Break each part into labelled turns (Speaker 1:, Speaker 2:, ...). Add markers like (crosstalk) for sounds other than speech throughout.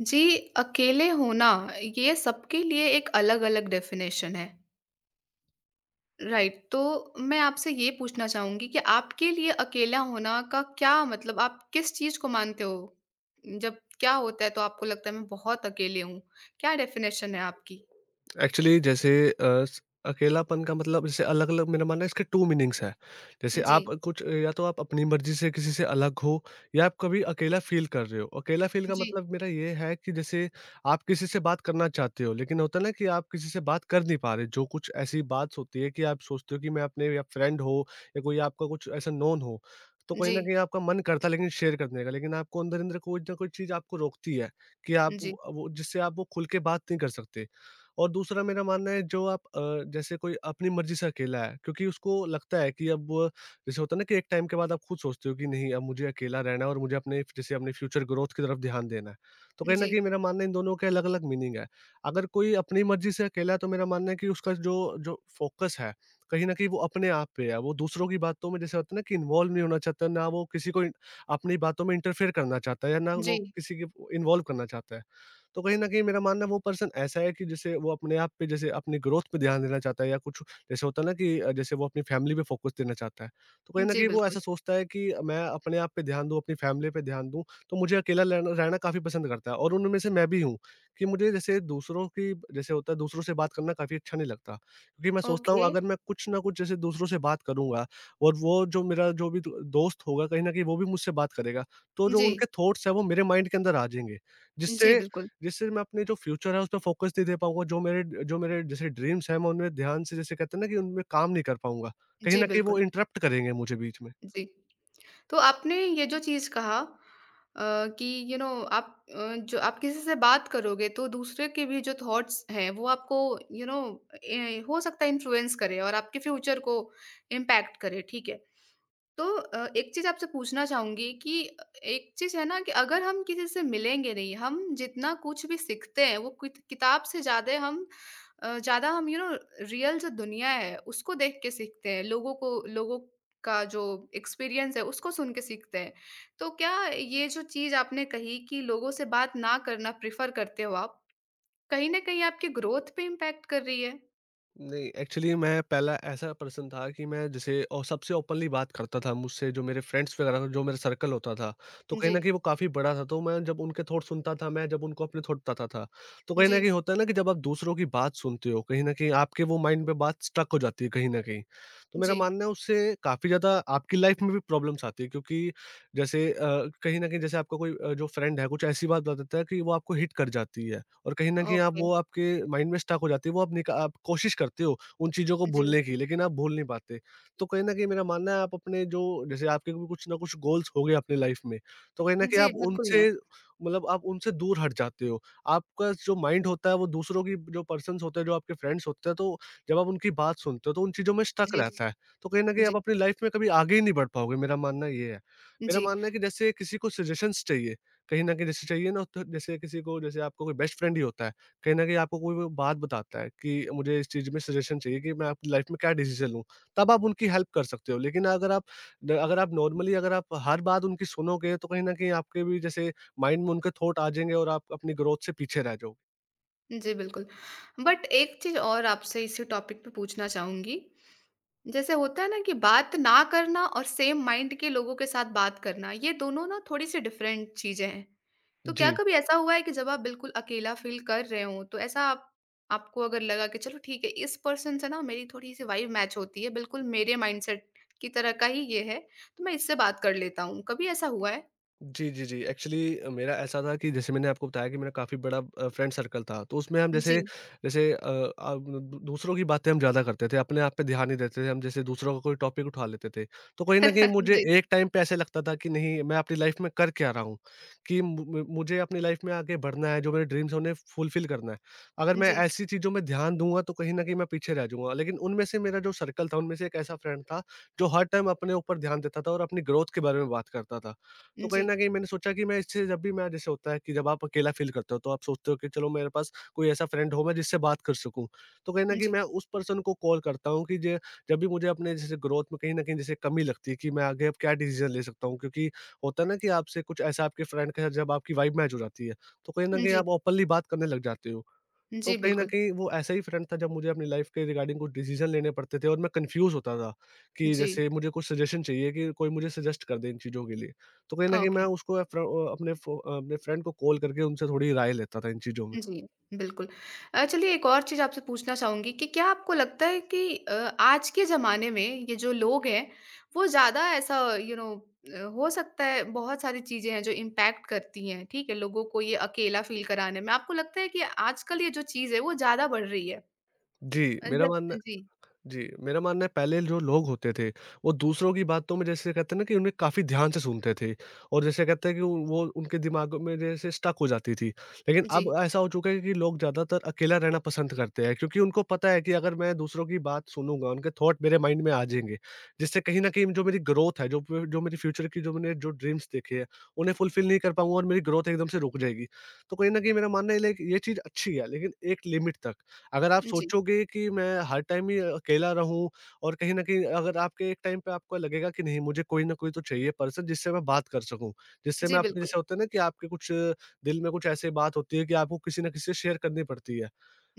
Speaker 1: जी, अकेले होना ये सबके लिए एक अलग-अलग डेफ़िनेशन है, राइट? तो मैं आपसे ये पूछना चाहूँगी कि आपके लिए अकेला होना का क्या मतलब आप किस चीज़ को मानते हो? जब क्या होता है तो आपको लगता है मैं बहुत अकेले हूँ, क्या डेफ़िनेशन है आपकी?
Speaker 2: एक्चुअली जैसे अ, स अकेलापन का मतलब जैसे अलग-अलग, मेरा मानना है इसके 2 मीनिंग्स हैं। जैसे आप
Speaker 1: जी,
Speaker 2: कुछ या तो आप अपनी मर्ज़ी से किसी से अलग हो, या आप कभी अकेला फ़ील कर रहे हो। अकेला फ़ील का
Speaker 1: जी,
Speaker 2: मतलब मेरा ये है कि जैसे आप किसी से बात करना चाहते हो, लेकिन होता है ना कि आप किसी से बात कर नहीं पा रहे। जो कुछ ऐसी बात होती है कि आप सोचते हो कि मैं अपने या फ्रेंड हो या कोई आपका कुछ ऐसा नोन हो, तो कहीं
Speaker 1: जी,
Speaker 2: न कहीं आपका मन करता है लेकिन शेयर करने का, लेकिन आपको अंदर-अंदर कोई ना कोई चीज़ आपको रोकती है। कि आप
Speaker 1: जी,
Speaker 2: वो जिससे आप वो खुल के बात नहीं कर सकते। और दूसरा मेरा मानना है, जैसे कोई अपनी मर्ज़ी से अकेला है, क्योंकि उसको लगता है जैसे होता है ना कि एक टाइम के बाद आप खुद सोचते हो कि नहीं, अब मुझे अकेला रहना है, और मुझे अपने फ्यूचर ग्रोथ की तरफ ध्यान देना है। तो कहीं न
Speaker 1: जी,
Speaker 2: कहीं मेरा मानना है, इन दोनों के अलग-अलग मीनिंग है। अगर कोई अपनी मर्ज़ी से अकेला है, तो मेरा मानना है कि उसका जो जो फ़ोकस है, कहीं न कहीं वो अपने आप पे है। वो दूसरों की बातों में, जैसे होता है ना, कि इन्वॉल्व नहीं होना चाहता, ना वो किसी को अपनी बातों में इंटरफेयर करना चाहता है, या ना वो
Speaker 1: जी,
Speaker 2: किसी के इन्वॉल्व करना चाहता है। तो कहीं न कहीं मेरा मानना है, वो पर्सन ऐसा है कि जैसे वो अपने आप पे, जैसे अपनी ग्रोथ पे ध्यान देना चाहता है, या कुछ जैसे होता है ना कि जैसे वो अपनी फैमिली पे फोकस देना चाहता है। तो कहीं न
Speaker 1: जी,
Speaker 2: कहीं वो
Speaker 1: बिल्कुल।
Speaker 2: ऐसा सोचता है कि मैं अपने आप पे ध्यान दूँ, अपनी फैमिली पे ध्यान दूँ, तो मुझे अकेला लेना रहना काफ़ी पसंद करता है, और उनमें से मैं भी हूँ कि मुझे जैसे दूसरों की जैसे होता है दूसरों से बात करना काफ़ी अच्छा नहीं लगता। क्योंकि मैं सोचता
Speaker 1: ओके,
Speaker 2: हूँ, अगर मैं कुछ ना कुछ जैसे दूसरों से बात करूँगा, और वो जो मेरा जो भी दो दोस्त होगा, कहीं न कहीं वो भी मुझसे बात करेगा। तो जो
Speaker 1: जी,
Speaker 2: उनके थॉट्स हैं, वो मेरे माइंड के अंदर आ जाएँगे।
Speaker 1: जी,
Speaker 2: जिससे
Speaker 1: बिल्कुल,
Speaker 2: जिससे मैं अपने जो फ्यूचर है, उस पे फ़ोकस नहीं दे पाऊँगा, जो मेरे जैसे ड्रीम्स हैं, मैं उनमें ध्यान से, जैसे कहते हैं ना, कि उनमें काम नहीं कर पाऊँगा। कहीं
Speaker 1: जी,
Speaker 2: न कहीं
Speaker 1: बिल्कुल,
Speaker 2: वो इंटरप्ट करेंगे मुझे बीच में।
Speaker 1: जी। तो आपने ये जो चीज़ कहा कि यू नो आप जो आप किसी से बात करोगे तो दूसरे के भी जो थॉट्स हैं वो आपको यू नो हो सकता है इन्फ्लुएंस करे और आपके फ्यूचर को इम्पैक्ट करे ठीक है। तो एक चीज़ आपसे पूछना चाहूँगी कि एक चीज़ है ना कि अगर हम किसी से मिलेंगे नहीं, हम जितना कुछ भी सीखते हैं, वो कुत किताब से ज़्यादा हम अ, ज़्यादा हम यू नो रियल जो दुनिया है, उसको देख के सीखते हैं, लोगों को लोगों का जो एक्सपीरियंस है, उसको सुन के सीखते हैं। तो क्या ये जो चीज़ आपने कही कि लोगों से बात ना करना प्रेफ़र करते हो आप, कहीं न कहीं आपकी ग्रोथ पे इम्पैक्ट कर रही है?
Speaker 2: नहीं, एक्चुअली मैं पहला ऐसा पर्सन था कि मैं जैसे और सबसे ओपनली बात करता था, मुझसे जो मेरे फ्रेंड्स वगैरह था, जो मेरा सर्कल होता था। तो कहीं
Speaker 1: जी,
Speaker 2: न कहीं वो काफ़ी बड़ा था, तो मैं जब उनके थॉट सुनता था, मैं जब उनको अपने थॉट बताता था, तो कहीं
Speaker 1: जी,
Speaker 2: न कहीं होता है ना कि जब आप दूसरों की बात सुनते हो, कहीं न कहीं आपके वो माइंड में बात स्ट्रक हो जाती है कहीं न कहीं। तो मेरा
Speaker 1: जी।
Speaker 2: मानना है, उससे काफ़ी ज़्यादा आपकी लाइफ़ में भी प्रॉब्लम्स आती है, क्योंकि जैसे कहीं न कहीं जैसे आपका कोई जो फ्रेंड है, कुछ ऐसी बात बता देता है कि वो आपको हिट कर जाती है। और कहीं न कहीं आप
Speaker 1: ओके,
Speaker 2: वो आपके माइंड में स्टक हो जाती है, वो आप कोशिश करते हो उन चीज़ों को
Speaker 1: जी।
Speaker 2: भूलने की, लेकिन आप भूल नहीं पाते। तो कहीं न कहीं मेरा मानना है, आप अपने जो जैसे आपके भी कुछ ना कुछ गोल्स हो गए अपनी लाइफ़ में, तो कहीं न कहीं
Speaker 1: जी,
Speaker 2: आप
Speaker 1: बिल्कुल है।
Speaker 2: उनसे, मतलब आप उनसे दूर हट जाते हो। आपका जो माइंड होता है, वो दूसरों की जो पर्सन्स होते हैं, जो आपके फ्रेंड्स होते हैं, तो जब आप उनकी बात सुनते हो, तो उन चीज़ों में स्टक
Speaker 1: जी।
Speaker 2: रहता है। तो कहीं न कहीं
Speaker 1: जी,
Speaker 2: आप अपनी लाइफ़ में कभी आगे ही नहीं बढ़ पाओगे, मेरा मानना ये है। मेरा
Speaker 1: जी।
Speaker 2: मानना है कि जैसे किसी को सजेशंस चाहिए, कहीं न कहीं जैसे चाहिए ना तो, जैसे किसी को, जैसे आपका कोई बेस्ट फ्रेंड ही होता है, कहीं न कहीं आपको कोई वो बात बताता है कि मुझे इस चीज़ में सजेशन चाहिए कि मैं अपनी लाइफ़ में क्या डिसीज़न लूँ, तब आप उनकी हेल्प कर सकते हो। लेकिन अगर आप द अगर आप नॉर्मली अगर आप हर बात उनकी सुनोगे, तो कहीं न कहीं आपके भी जैसे माइंड में उनके थॉट आ जाएँगे, और आप अपनी ग्रोथ से पीछे रह जाओगे।
Speaker 1: जी, बिल्कुल। बट एक चीज़ और आपसे इसी टॉपिक पे पूछना चाहूँगी। जैसे होता है ना कि बात ना करना और सेम माइंड के लोगों के साथ बात करना, ये दोनों ना थोड़ी-सी डिफरेंट चीज़ें हैं। तो क्या
Speaker 2: जी।
Speaker 1: कभी ऐसा हुआ है कि जब आप बिल्कुल अकेला फ़ील कर रहे हों, तो ऐसा आप आपको अगर लगा कि चलो ठीक है, इस पर्सन से ना मेरी थोड़ी-सी वाइब मैच होती है, बिल्कुल मेरे माइंडसेट की तरह का ही ये है, तो मैं इससे बात कर लेता हूँ। कभी ऐसा हुआ है?
Speaker 2: जी, जी, जी। एक्चुअली मेरा ऐसा था कि जैसे मैंने आपको बताया कि मेरा काफ़ी बड़ा फ्रेंड सर्कल था, तो उसमें हम
Speaker 1: जी।
Speaker 2: जैसे जैसे अब दू दूसरों की बातें हम ज़्यादा करते थे, अपने आप पे ध्यान नहीं देते थे। हम जैसे दूसरों का कोई टॉपिक उठा लेते थे, तो कहीं न कहीं
Speaker 1: (laughs)
Speaker 2: मुझे
Speaker 1: जी।
Speaker 2: एक टाइम पे ऐसे लगता था कि नहीं, मैं अपनी लाइफ़ में कर क्या रहा हूँ? कि मु मु मुझे अपनी लाइफ़ में आगे बढ़ना है, जो मेरे ड्रीम्स हैं, उन्हें फुलफ़िल करना है। अगर मैं
Speaker 1: जी।
Speaker 2: ऐसी चीज़ों में ध्यान दूँगा, तो कहीं न कहीं मैं पीछे रह जाऊँगा। लेकिन उनमें से मेरा जो सर्कल था, उनमें से एक ऐसा फ्रेंड था, जो हर टाइम अपने ऊपर ध्यान देता था और अपनी ग्रोथ के बारे में बात करता था। तो कहीं
Speaker 1: जी।
Speaker 2: न कहीं मैंने सोचा कि मैं इससे जब भी, मैं जैसे होता है कि जब आप अकेला फ़ील करते हो, तो आप सोचते हो कि चलो मेरे पास कोई ऐसा फ्रेंड हो मैं जिससे बात कर सकूँ। तो कहीं न कहीं
Speaker 1: जी।
Speaker 2: मैं उस पर्सन को कॉल करता हूँ कि जे जब भी मुझे अपने जैसे ग्रोथ में कहीं न कहीं जैसे कमी लगती है कि मैं आगे अब क्या डिसीज़न ले सकता हूँ, क्योंकि होता है ना कि आपसे कुछ ऐसा आपके फ्रेंड के साथ जब आपकी वाइब मैच हो जाती है, तो कहीं न कहीं
Speaker 1: जी।
Speaker 2: आप ओपनली बात करने लग जाते हो। तो
Speaker 1: जी,
Speaker 2: कहीं न
Speaker 1: बिल्कुल।
Speaker 2: कहीं वो ऐसा ही फ्रेंड था, जब मुझे अपनी लाइफ़ के रिगार्डिंग कुछ डिसीज़न लेने पड़ते थे और मैं कन्फ्यूज़ होता था कि
Speaker 1: जी,
Speaker 2: जैसे मुझे कुछ सजेशन चाहिए, कि कोई मुझे सजेस्ट कर दे इन चीज़ों के लिए। तो कहीं न कहीं मैं
Speaker 1: ओके।
Speaker 2: उसको अ, फ्र अ, अपने फ़ो अपने फ्रेंड को कॉल करके उनसे थोड़ी राय लेता था इन चीज़ों में।
Speaker 1: जी, बिल्कुल। चलिए एक और चीज़ आपसे पूछना चाहूँगी कि क्या आपको लगता है कि आज के ज़माने में ये जो लोग हैं, वो ज़्यादा ऐसा हो सकता है बहुत सारी चीज़ें हैं जो इम्पैक्ट करती हैं, ठीक है? लोगों को ये अकेला फ़ील कराने में। आपको लगता है कि आजकल ये जो चीज़ है, वो ज़्यादा बढ़ रही है?
Speaker 2: जी,
Speaker 1: अ, ज
Speaker 2: मेरा मानना
Speaker 1: जी,
Speaker 2: जी, मेरा मानना है पहले जो लोग होते थे, वो दूसरों की बातों में जैसे कहते हैं ना, कि उन्हें काफ़ी ध्यान से सुनते थे, और जैसे कहते हैं कि वो उनके दिमाग में जैसे स्टक हो जाती थी। लेकिन
Speaker 1: जी,
Speaker 2: अब ऐसा हो चुका है कि लोग ज़्यादातर अकेला रहना पसंद करते हैं, क्योंकि उनको पता है कि अगर मैं दूसरों की बात सुनूँगा, उनके थॉट मेरे माइंड में आ जाएँगे, जिससे कहीं न कहीं जो मेरी ग्रोथ है, जो मेरी फ्यूचर की जो मैंने जो ड्रीम्स देखे हैं, उन्हें फुलफ़िल नहीं कर पाऊँगा और मेरी ग्रोथ एकदम से रुक जाएगी। तो कहीं न कहीं मेरा मानना है, लाइक ये चीज़ अच्छी है, लेकिन एक लिमिट तक। अगर आप
Speaker 1: जी।
Speaker 2: सोचोगे कि मैं हर टाइम ही अकेला रहूँ, और कहीं न कहीं अगर आपके एक टाइम पे आपको लगेगा कि नहीं, मुझे कोई न कोई तो चाहिए पर्सन जिससे मैं बात कर सकूँ। जिससे
Speaker 1: जी,
Speaker 2: मैं अपने,
Speaker 1: बिल्कुल।
Speaker 2: जैसे होता है ना, कि आपके कुछ दिल में कुछ ऐसी बात होती है कि आपको किसी न किसी से शेयर करनी पड़ती है।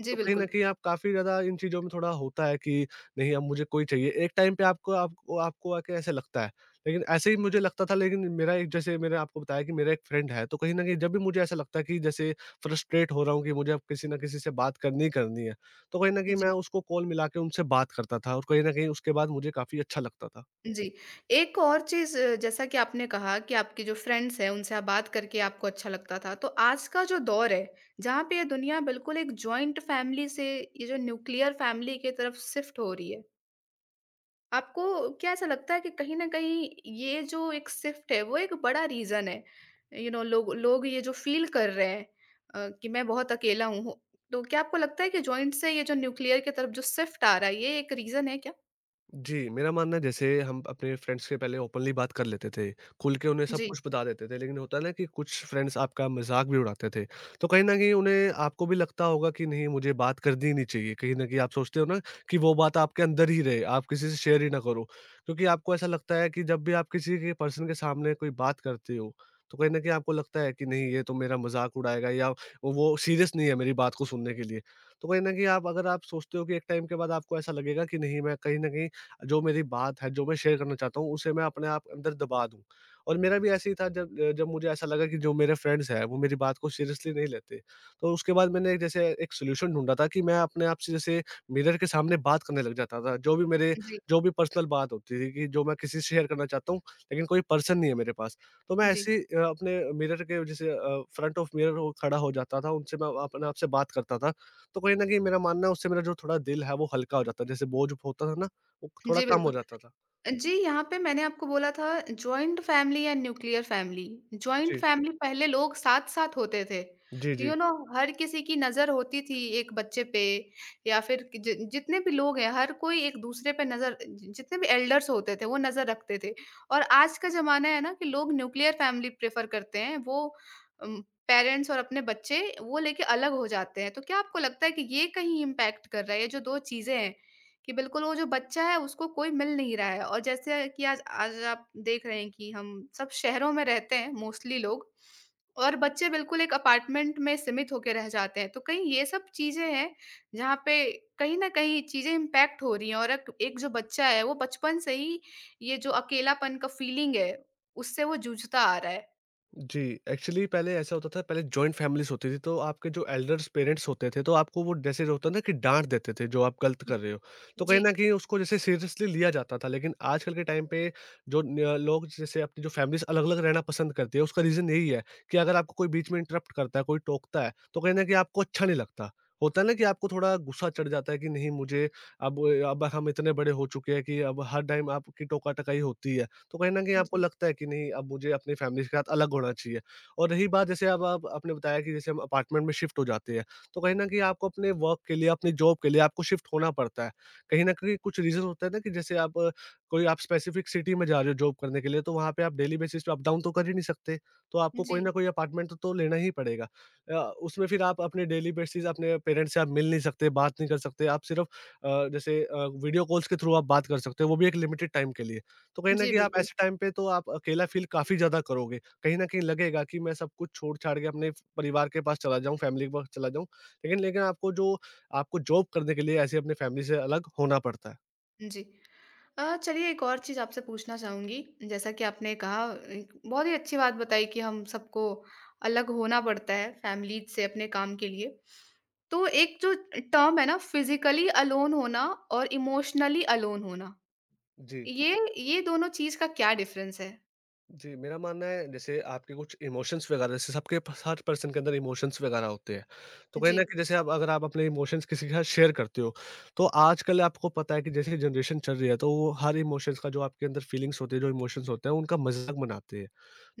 Speaker 1: जी,
Speaker 2: तो कहीं न
Speaker 1: बिल्कुल।
Speaker 2: कहीं आप काफ़ी ज़्यादा इन चीज़ों में थोड़ा होता है कि नहीं, अब मुझे कोई चाहिए। एक टाइम पे आपको आपको आपको आके ऐसे लगता है। लेकिन ऐसे ही मुझे लगता था, लेकिन मेरा एक जैसे मैंने आपको बताया कि मेरा एक फ्रेंड है, तो कहीं न कहीं जब भी मुझे ऐसा लगता है कि जैसे फ्रस्ट्रेट हो रहा हूँ, कि मुझे अब किसी न किसी से बात करनी ही करनी है, तो कहीं न
Speaker 1: जी,
Speaker 2: कहीं मैं
Speaker 1: जी।
Speaker 2: उसको कॉल मिला के उनसे बात करता था, और कहीं न कहीं उसके बाद मुझे काफ़ी अच्छा लगता था।
Speaker 1: जी, एक और चीज़ जैसा कि आपने कहा कि आपके जो फ्रेंड्स हैं, उनसे आप बात करके आपको अच्छा लगता था। तो आज का जो दौर है, जहाँ पे ये दुनिया बिल्कुल एक जॉइंट फैमिली से ये जो न्यूक्लियर फैमिली की तरफ शिफ्ट हो रही है, आपको क्या ऐसा लगता है कि कहीं न कहीं ये जो एक शिफ्ट है, वो एक बड़ा रीज़न है? लोग लोग ये जो फ़ील कर रहे हैं कि मैं बहुत अकेला हूँ हो। तो क्या आपको लगता है कि जॉइंट से ये जो न्यूक्लियर की तरफ जो शिफ्ट आ रहा है, ये एक रीज़न है क्या?
Speaker 2: जी, मेरा मानना है, जैसे हम अपने फ्रेंड्स के पहले ओपनली बात कर लेते थे, खुल के उन्हें सब
Speaker 1: जी,
Speaker 2: कुछ बता देते थे, लेकिन होता है ना कि कुछ फ्रेंड्स आपका मज़ाक भी उड़ाते थे। तो कहीं न कहीं उन्हें आपको भी लगता होगा कि नहीं मुझे बात करनी ही नहीं चाहिए, कहीं न कहीं आप सोचते हो ना कि वो बात आपके अंदर ही रहे, आप किसी से शेयर ही ना करो। क्योंकि आपको ऐसा लगता है कि जब भी आप किसी के पर्सन के सामने कोई बात करते हो, तो कहीं न कहीं आपको लगता है कि नहीं ये तो मेरा मज़ाक उड़ाएगा, या वो सीरियस नहीं है मेरी बात को सुनने के लिए। तो कहीं न कहीं आप अगर आप सोचते हो कि एक टाइम के बाद आपको ऐसा लगेगा कि नहीं, मैं कहीं न कहीं जो मेरी बात है, जो मैं शेयर करना चाहता हूँ, उसे मैं अपने आप अंदर दबा दूँ। और मेरा भी ऐसे ही था, जब मुझे ऐसा लगा कि जो मेरे फ्रेंड्स हैं, वो मेरी बात को सीरियसली नहीं लेते। तो उसके बाद मैंने एक जैसे एक सॉल्यूशन ढूँढा था कि मैं अपने आप से जैसे मिरर के सामने बात करने लग जाता था। जो भी मेरे
Speaker 1: जी,
Speaker 2: जो भी पर्सनल बात होती थी कि जो मैं किसी से शेयर करना चाहता हूँ, लेकिन कोई पर्सन नहीं है मेरे पास। तो मैं
Speaker 1: जी।
Speaker 2: ऐसे ही अपने मिरर के जैसे फ्रंट ऑफ मिरर हो खड़ा हो जाता था, उनसे मैं अपने आप से बात करता था। तो कहीं न कहीं मेरा मानना है, उससे मेरा जो थोड़ा दिल है, वो हल्का हो जाता है। जैसे बोझ होता था ना, वो थोड़ा
Speaker 1: जी,
Speaker 2: कम
Speaker 1: बिल्कुल।
Speaker 2: हो जाता था।
Speaker 1: जी, यहाँ पे मैंने आपको बोला था जॉइंट फैमिली या न्यूक्लियर फैमिली। जॉइंट
Speaker 2: जी।
Speaker 1: फैमिली पहले लोग साथ-साथ होते थे।
Speaker 2: जी,
Speaker 1: तो
Speaker 2: जी।
Speaker 1: हर किसी की नज़र होती थी एक बच्चे पे या फिर कि जि जितने भी लोग हैं हर कोई एक-दूसरे पे नज़र जि जितने भी एल्डर्स होते थे वो नज़र रखते थे। और आज का ज़माना है ना कि लोग न्यूक्लियर फैमिली प्रेफ़र करते हैं। वो उम, पेरेंट्स और अपने बच्चे वो लेके अलग हो जाते हैं। तो क्या आपको लगता है कि ये कहीं इम्पैक्ट कर रहा है? ये जो 2 चीज़ें हैं कि बिल्कुल वो जो बच्चा है उसको कोई मिल नहीं रहा है और जैसे कि आज आज आप देख रहे हैं कि हम सब शहरों में रहते हैं मोस्टली लोग और बच्चे बिल्कुल एक अपार्टमेंट में सीमित होके रह जाते हैं तो कहीं ये सब चीज़ें हैं जहाँ पे कहीं न कहीं चीज़ें इम्पैक्ट हो रही हैं और एक एक जो बच्चा है वो बचपन से ही ये जो अकेलापन का फीलिंग है उससे वो जूझता आ रहा है।
Speaker 2: जी, एक्चुअली पहले ऐसा होता था, पहले जॉइंट फ़ैमिलीज़ होती थी, तो आपके जो एल्डर्स पेरेंट्स होते थे, तो आपको वो जैसे जो होता है ना कि डाँट देते थे, जो आप गलत कर रहे हो। तो
Speaker 1: जी,
Speaker 2: कहीं न कहीं उसको जैसे सीरियसली लिया जाता था, लेकिन आजकल के टाइम पे जो न अ, लोग जैसे अपनी जो फ़ैमिलीज़ अलग-अलग रहना पसंद करती है, उसका रीज़न यही है कि अगर आपको कोई बीच में इंटरप्ट करता है, कोई टोकता है, तो कहीं न कहीं आपको अच्छा नहीं लगता। होता है ना कि आपको थोड़ा गुस्सा चढ़ जाता है कि नहीं, मुझे अब अब हम इतने बड़े हो चुके हैं कि अब हर टाइम आपकी टोका-टकाई होती है। तो कहीं न कहीं आपको
Speaker 1: जी,
Speaker 2: लगता है कि नहीं, अब मुझे अपनी फैमिली के साथ अलग होना चाहिए। और रही बात, जैसे अब आप आपने बताया कि जैसे हम अपार्टमेंट में शिफ्ट हो जाते हैं, तो कहीं न कहीं आपको अपने वर्क के लिए, अपनी जॉब के लिए आपको शिफ्ट होना पड़ता है। कहीं न कहीं कुछ रीज़न होता है ना कि जैसे आप कोई आप स्पेसिफिक सिटी में जा रहे हो जॉब करने के लिए, तो वहाँ पे आप डेली बेसिस पे अप डाउन तो कर ही नहीं सकते, तो आपको कोई
Speaker 1: जी,
Speaker 2: न कोई अपार्टमेंट तो लेना ही पड़ेगा। अ, उसमें फिर आप अपने डेली बेसिस अपने पेरेंट्स से आप मिल नहीं सकते, बात नहीं कर सकते, आप सिर्फ़ जैसे वीडियो कॉल्स के थ्रू आप बात कर सकते हो, वो भी एक लिमिटेड टाइम के लिए। तो कहीं न
Speaker 1: जी
Speaker 2: कहीं आप
Speaker 1: बिल्कुल।
Speaker 2: ऐसे टाइम पे तो आप अकेला फ़ील काफ़ी ज़्यादा करोगे। कहीं न कहीं लगेगा कि मैं सब कुछ छोड़-छाड़ के अपने परिवार के पास चला जाऊँ, फैमिली के पास चला जाऊँ। लेकिन लेकिन आपको जॉब करने के लिए ऐसे अपने फैमिली से अलग होना पड़ता है।
Speaker 1: जी। चलिए एक और चीज़ आपसे पूछना चाहूँगी। जैसा कि आपने कहा एक बहुत ही अच्छी बात बताई कि हम सबको अलग होना पड़ता है फैमिली से अपने काम के लिए। तो एक जो टर्म है ना फिज़िकली अलोन होना और इमोशनली अलोन होना,
Speaker 2: जी।
Speaker 1: ये ये दोनों चीज़ का क्या डिफ़रेंस है?
Speaker 2: जी, मेरा मानना है, जैसे आपके कुछ इमोशंस वगैरह, जैसे सबके पास, हर पर्सन के अंदर इमोशंस वगैरह होते हैं। तो कहीं
Speaker 1: जी,
Speaker 2: न कहीं, जैसे आप अगर आप अपने इमोशंस किसी के साथ शेयर करते हो, तो आजकल आपको पता है कि जैसे जनरेशन चल रही है, तो वो हर इमोशंस का, जो आपके अंदर फीलिंग्स होती है, जो इमोशंस होते हैं, उनका मज़ाक बनाते हैं।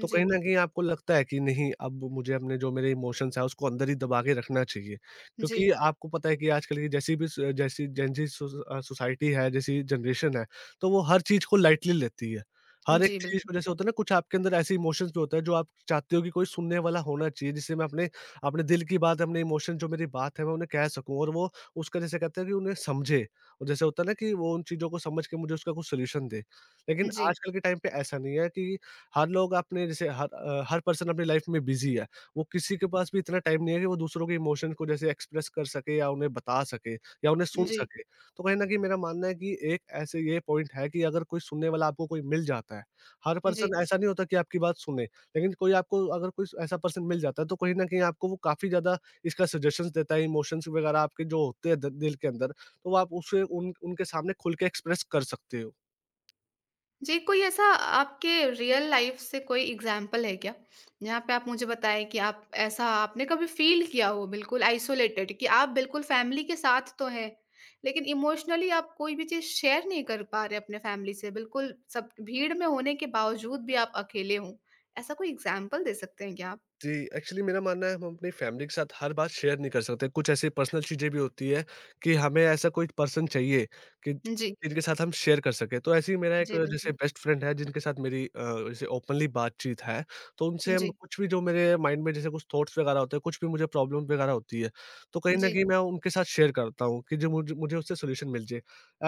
Speaker 2: तो कहीं न कहीं आपको लगता है कि नहीं, अब मुझे अपने जो मेरे इमोशंस हैं उसको अंदर ही दबा के रखना चाहिए। क्योंकि
Speaker 1: जी,
Speaker 2: आपको पता है कि आजकल की जैसी भी स जैसी जेन ज़ी सोसाइटी है, जैसी जनरेशन है, तो वो हर चीज़ को लाइटली लेती है। हर एक
Speaker 1: जी
Speaker 2: चीज़ को
Speaker 1: बिल्कुल।
Speaker 2: जैसे होता है ना, कुछ आपके अंदर ऐसे इमोशंस भी होते हैं जो आप चाहते हो कि कोई सुनने वाला होना चाहिए, जिससे मैं अपने अपने दिल की बात, अपने इमोशन, जो मेरी बात है, मैं उन्हें कह सकूँ, और वो उसका, जैसे कहते हैं, कि उन्हें समझे। और जैसे होता है ना कि वो उन चीज़ों को समझ के मुझे उसका कुछ सॉल्यूशन दे। लेकिन
Speaker 1: जी,
Speaker 2: आजकल के टाइम पे ऐसा नहीं है कि हर लोग अपने, जैसे हर पर्सन अपनी लाइफ में बिजी है। वो किसी के पास भी इतना टाइम नहीं है कि वो दूसरों के इमोशन को जैसे एक्सप्रेस कर सके, या उन्हें बता सके, या उन्हें सुन
Speaker 1: जी,
Speaker 2: सके। तो कहीं न कहीं मेरा मानना है कि एक ऐसे ये पॉइंट है, कि अगर कोई सुनने वाला आपको कोई मिल जाता है, हर
Speaker 1: जी।
Speaker 2: पर्सन ऐसा नहीं होता कि आपकी बात सुने, लेकिन कोई आपको अगर कोई ऐसा पर्सन मिल जाता है, तो कहीं न कहीं आपको वो काफ़ी ज़्यादा इसका सजेशंस देता है। इमोशंस वगैरह आपके जो होते हैं द दिल के अंदर, तो वो आप उसे उन उनके सामने खुल के एक्सप्रेस कर सकते हो।
Speaker 1: जी, कोई ऐसा आपके रियल लाइफ़ से कोई एग्ज़ाम्पल है क्या? जहाँ पे आप मुझे बताएँ कि आप ऐसा आपने कभी फ़ील किया हो बिल्कुल आइसोलेटेड कि आप बिल्कुल फ़ैमिली के साथ तो हैं, लेकिन इमोशनली आप कोई भी चीज़ शेयर नहीं कर पा रहे अपने फ़ैमिली से, बिल्कुल सब भीड़ में होने के बावजूद भी आप अकेले हों। ऐसा कोई एग्ज़ाम्पल दे सकते हैं क्या आप?
Speaker 2: जी, एक्चुअली मेरा मानना है, हम अपनी फैमिली के साथ हर बात शेयर नहीं कर सकते। कुछ ऐसी पर्सनल चीज़ें भी होती है कि हमें ऐसा कोई पर्सन चाहिए, कि
Speaker 1: जी,
Speaker 2: जिनके साथ हम शेयर कर सकें। तो ऐसे ही मेरा एक
Speaker 1: जी,
Speaker 2: जैसे
Speaker 1: बिल्कुल।
Speaker 2: बेस्ट फ्रेंड है, जिनके साथ मेरी जैसे ओपनली बातचीत है। तो उनसे हम
Speaker 1: जी,
Speaker 2: कुछ भी, जो मेरे माइंड में जैसे कुछ थॉट्स वगैरह होते हैं, कुछ भी मुझे प्रॉब्लम वगैरह होती है, तो कहीं
Speaker 1: जी,
Speaker 2: न
Speaker 1: जी,
Speaker 2: कहीं मैं उनके साथ शेयर करता हूँ, कि जो मुझे मुझे उससे सॉल्यूशन मिल जाए।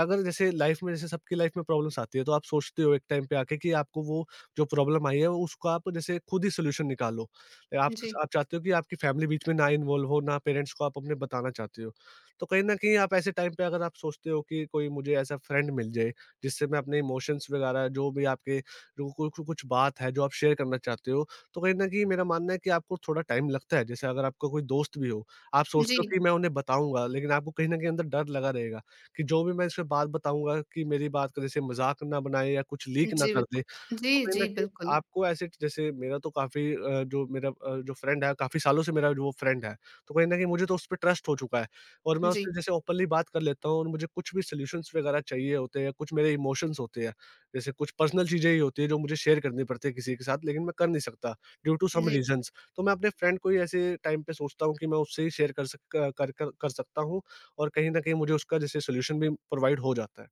Speaker 2: अगर जैसे लाइफ़ में, जैसे सबकी लाइफ़ में प्रॉब्लम्स आती है, तो आप सोचते हो एक टाइम पे आके, कि आपको वो जो प्रॉब्लम आई है, उसका आप जैसे खुद ही सॉल्यूशन निकालो। तो आप चाहते हो कि आपकी फैमिली बीच में ना इन्वॉल्व हो, ना पेरेंट्स को आप अपने बताना चाहते हो। तो कहीं न कहीं आप ऐसे टाइम पे अगर आप सोचते हो कि कोई मुझे ऐसा फ्रेंड मिल जाए, जिससे मैं अपने इमोशंस वगैरह, जो भी आपके जो कु कु कुछ बात है, जो आप शेयर करना चाहते हो, तो कहीं न कहीं मेरा मानना है कि आपको थोड़ा टाइम लगता है। जैसे अगर आपका कोई दोस्त भी हो, आप
Speaker 1: जी,
Speaker 2: सोचते हो कि मैं उन्हें बताऊँगा, लेकिन आपको कहीं न कहीं अंदर डर लगा रहेगा कि जो भी मैं इसमें बात बताऊँगा, कि मेरी बात का जैसे मज़ाक ना बनाए, या कुछ लीक ना
Speaker 1: जी,
Speaker 2: कर दे।
Speaker 1: बिल्कुल। जी,
Speaker 2: कहीं न
Speaker 1: जी,
Speaker 2: कहीं
Speaker 1: बिल्कुल।
Speaker 2: आपको ऐसे, जैसे मेरा तो काफ़ी जो मेरा जो फ्रेंड है, काफ़ी सालों से मेरा जो वो फ्रेंड है, तो कहीं न कहीं मुझे तो उस पे ट्रस्ट हो चुका है, और मैं
Speaker 1: जी,
Speaker 2: उससे जैसे ओपनली बात कर लेता हूँ, और मुझे कुछ भी सॉल्यूशंस वगैरह चाहिए होते हैं, कुछ मेरे इमोशंस होते हैं, जैसे कुछ पर्सनल चीज़ें ही होती हैं जो मुझे शेयर करनी पड़ती है किसी के साथ, लेकिन मैं कर नहीं सकता ड्यू टू सम
Speaker 1: जी।
Speaker 2: रीज़न्स। तो मैं अपने फ्रेंड को ही ऐसे टाइम पे सोचता हूँ कि मैं उससे ही शेयर कर सक कर कर कर सकता हूँ, और कहीं न कहीं मुझे उसका जैसे सॉल्यूशन भी प्रोवाइड हो जाता है।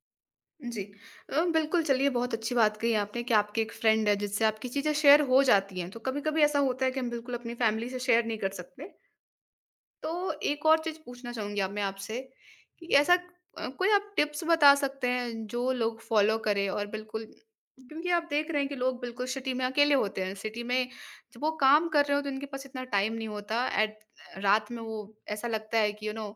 Speaker 1: जी। बिल्कुल, चलिए बहुत अच्छी बात कही आपने कि आपकी एक फ्रेंड है जिससे आपकी चीज़ें शेयर हो जाती हैं। तो कभी-कभी ऐसा होता है कि हम बिल्कुल अपनी फैमिली से शेयर नहीं कर सकते। तो एक और चीज़ पूछना चाहूँगी अब मैं आपसे कि ऐसा कोई आप टिप्स बता सकते हैं जो लोग फॉलो करें और बिल्कुल क्योंकि आप देख रहे हैं कि लोग बिल्कुल सिटी में अकेले होते हैं। सिटी में जब वो काम कर रहे हो तो उनके पास इतना टाइम नहीं होता एट रात में वो ऐसा लगता है कि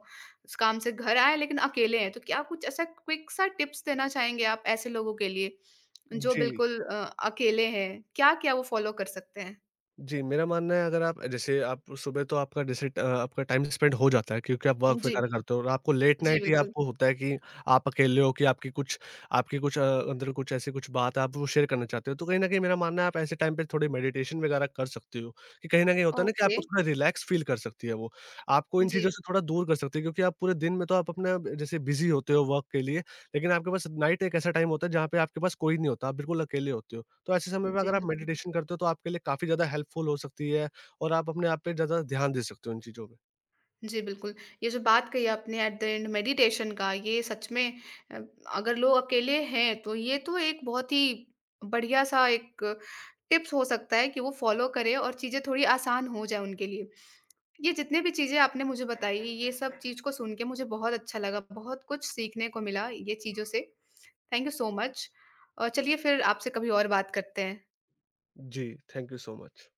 Speaker 1: उस काम से घर आए लेकिन अकेले हैं। तो क्या कुछ ऐसा क्विक सा टिप्स देना चाहेंगे आप ऐसे लोगों के लिए जो
Speaker 2: जी।
Speaker 1: बिल्कुल अकेले हैं? क्या-क्या वो फॉलो कर सकते हैं?
Speaker 2: जी, मेरा मानना है, अगर आप जैसे आप सुबह तो आपका जैसे आपका टाइम स्पेंड हो जाता है, क्योंकि आप वर्क
Speaker 1: जी।
Speaker 2: वगैरह करते हो, और आपको लेट
Speaker 1: जी,
Speaker 2: नाइट ही
Speaker 1: बिल्कुल।
Speaker 2: आपको होता है कि आप अकेले हो, कि आपकी कुछ अंदर कुछ ऐसी कुछ बात है, आप वो शेयर करना चाहते हो। तो कहीं न कहीं मेरा मानना है, आप ऐसे टाइम पे थोड़ी मेडिटेशन वगैरह कर सकते हो, कि कहीं न कहीं होता है ना कि
Speaker 1: ओके।
Speaker 2: आपको थोड़ा रिलैक्स फ़ील कर सकती है वो। आपको इन
Speaker 1: जी।
Speaker 2: चीज़ों से थोड़ा दूर कर सकती है, क्योंकि आप पूरे दिन में तो आप अपना जैसे बिज़ी होते हो वर्क के लिए, लेकिन आपके पास नाइट एक ऐसा टाइम होता है जहाँ पे आपके पास कोई नहीं होता, आप बिल्कुल अकेले होते हो। तो ऐसे समय पे
Speaker 1: जी,
Speaker 2: अगर आप
Speaker 1: बिल्कुल।
Speaker 2: मेडिटेशन करते हो, तो आपके लिए काफ़ी ज़्यादा हेल्पफुल हो सकती है, और आप अपने आप पे ज़्यादा ध्यान दे सकते हो इन चीज़ों पे।
Speaker 1: जी, बिल्कुल। ये जो बात कही आपने एट द एंड मेडिटेशन का ये सच में अ, अगर लोग अकेले हैं तो ये तो एक बहुत ही बढ़िया-सा एक टिप्स हो सकता है कि वो फ़ॉलो करें और चीज़ें थोड़ी आसान हो जाए उनके लिए। ये जितने भी चीज़ें आपने मुझे बताई ये सब चीज़ को सुन के मुझे बहुत अच्छा लगा, बहुत कुछ सीखने को मिला ये चीज़ों से। Thank you so much. चलिए फिर आपसे कभी और बात करते हैं।
Speaker 2: जी, थैंक यू सो मच।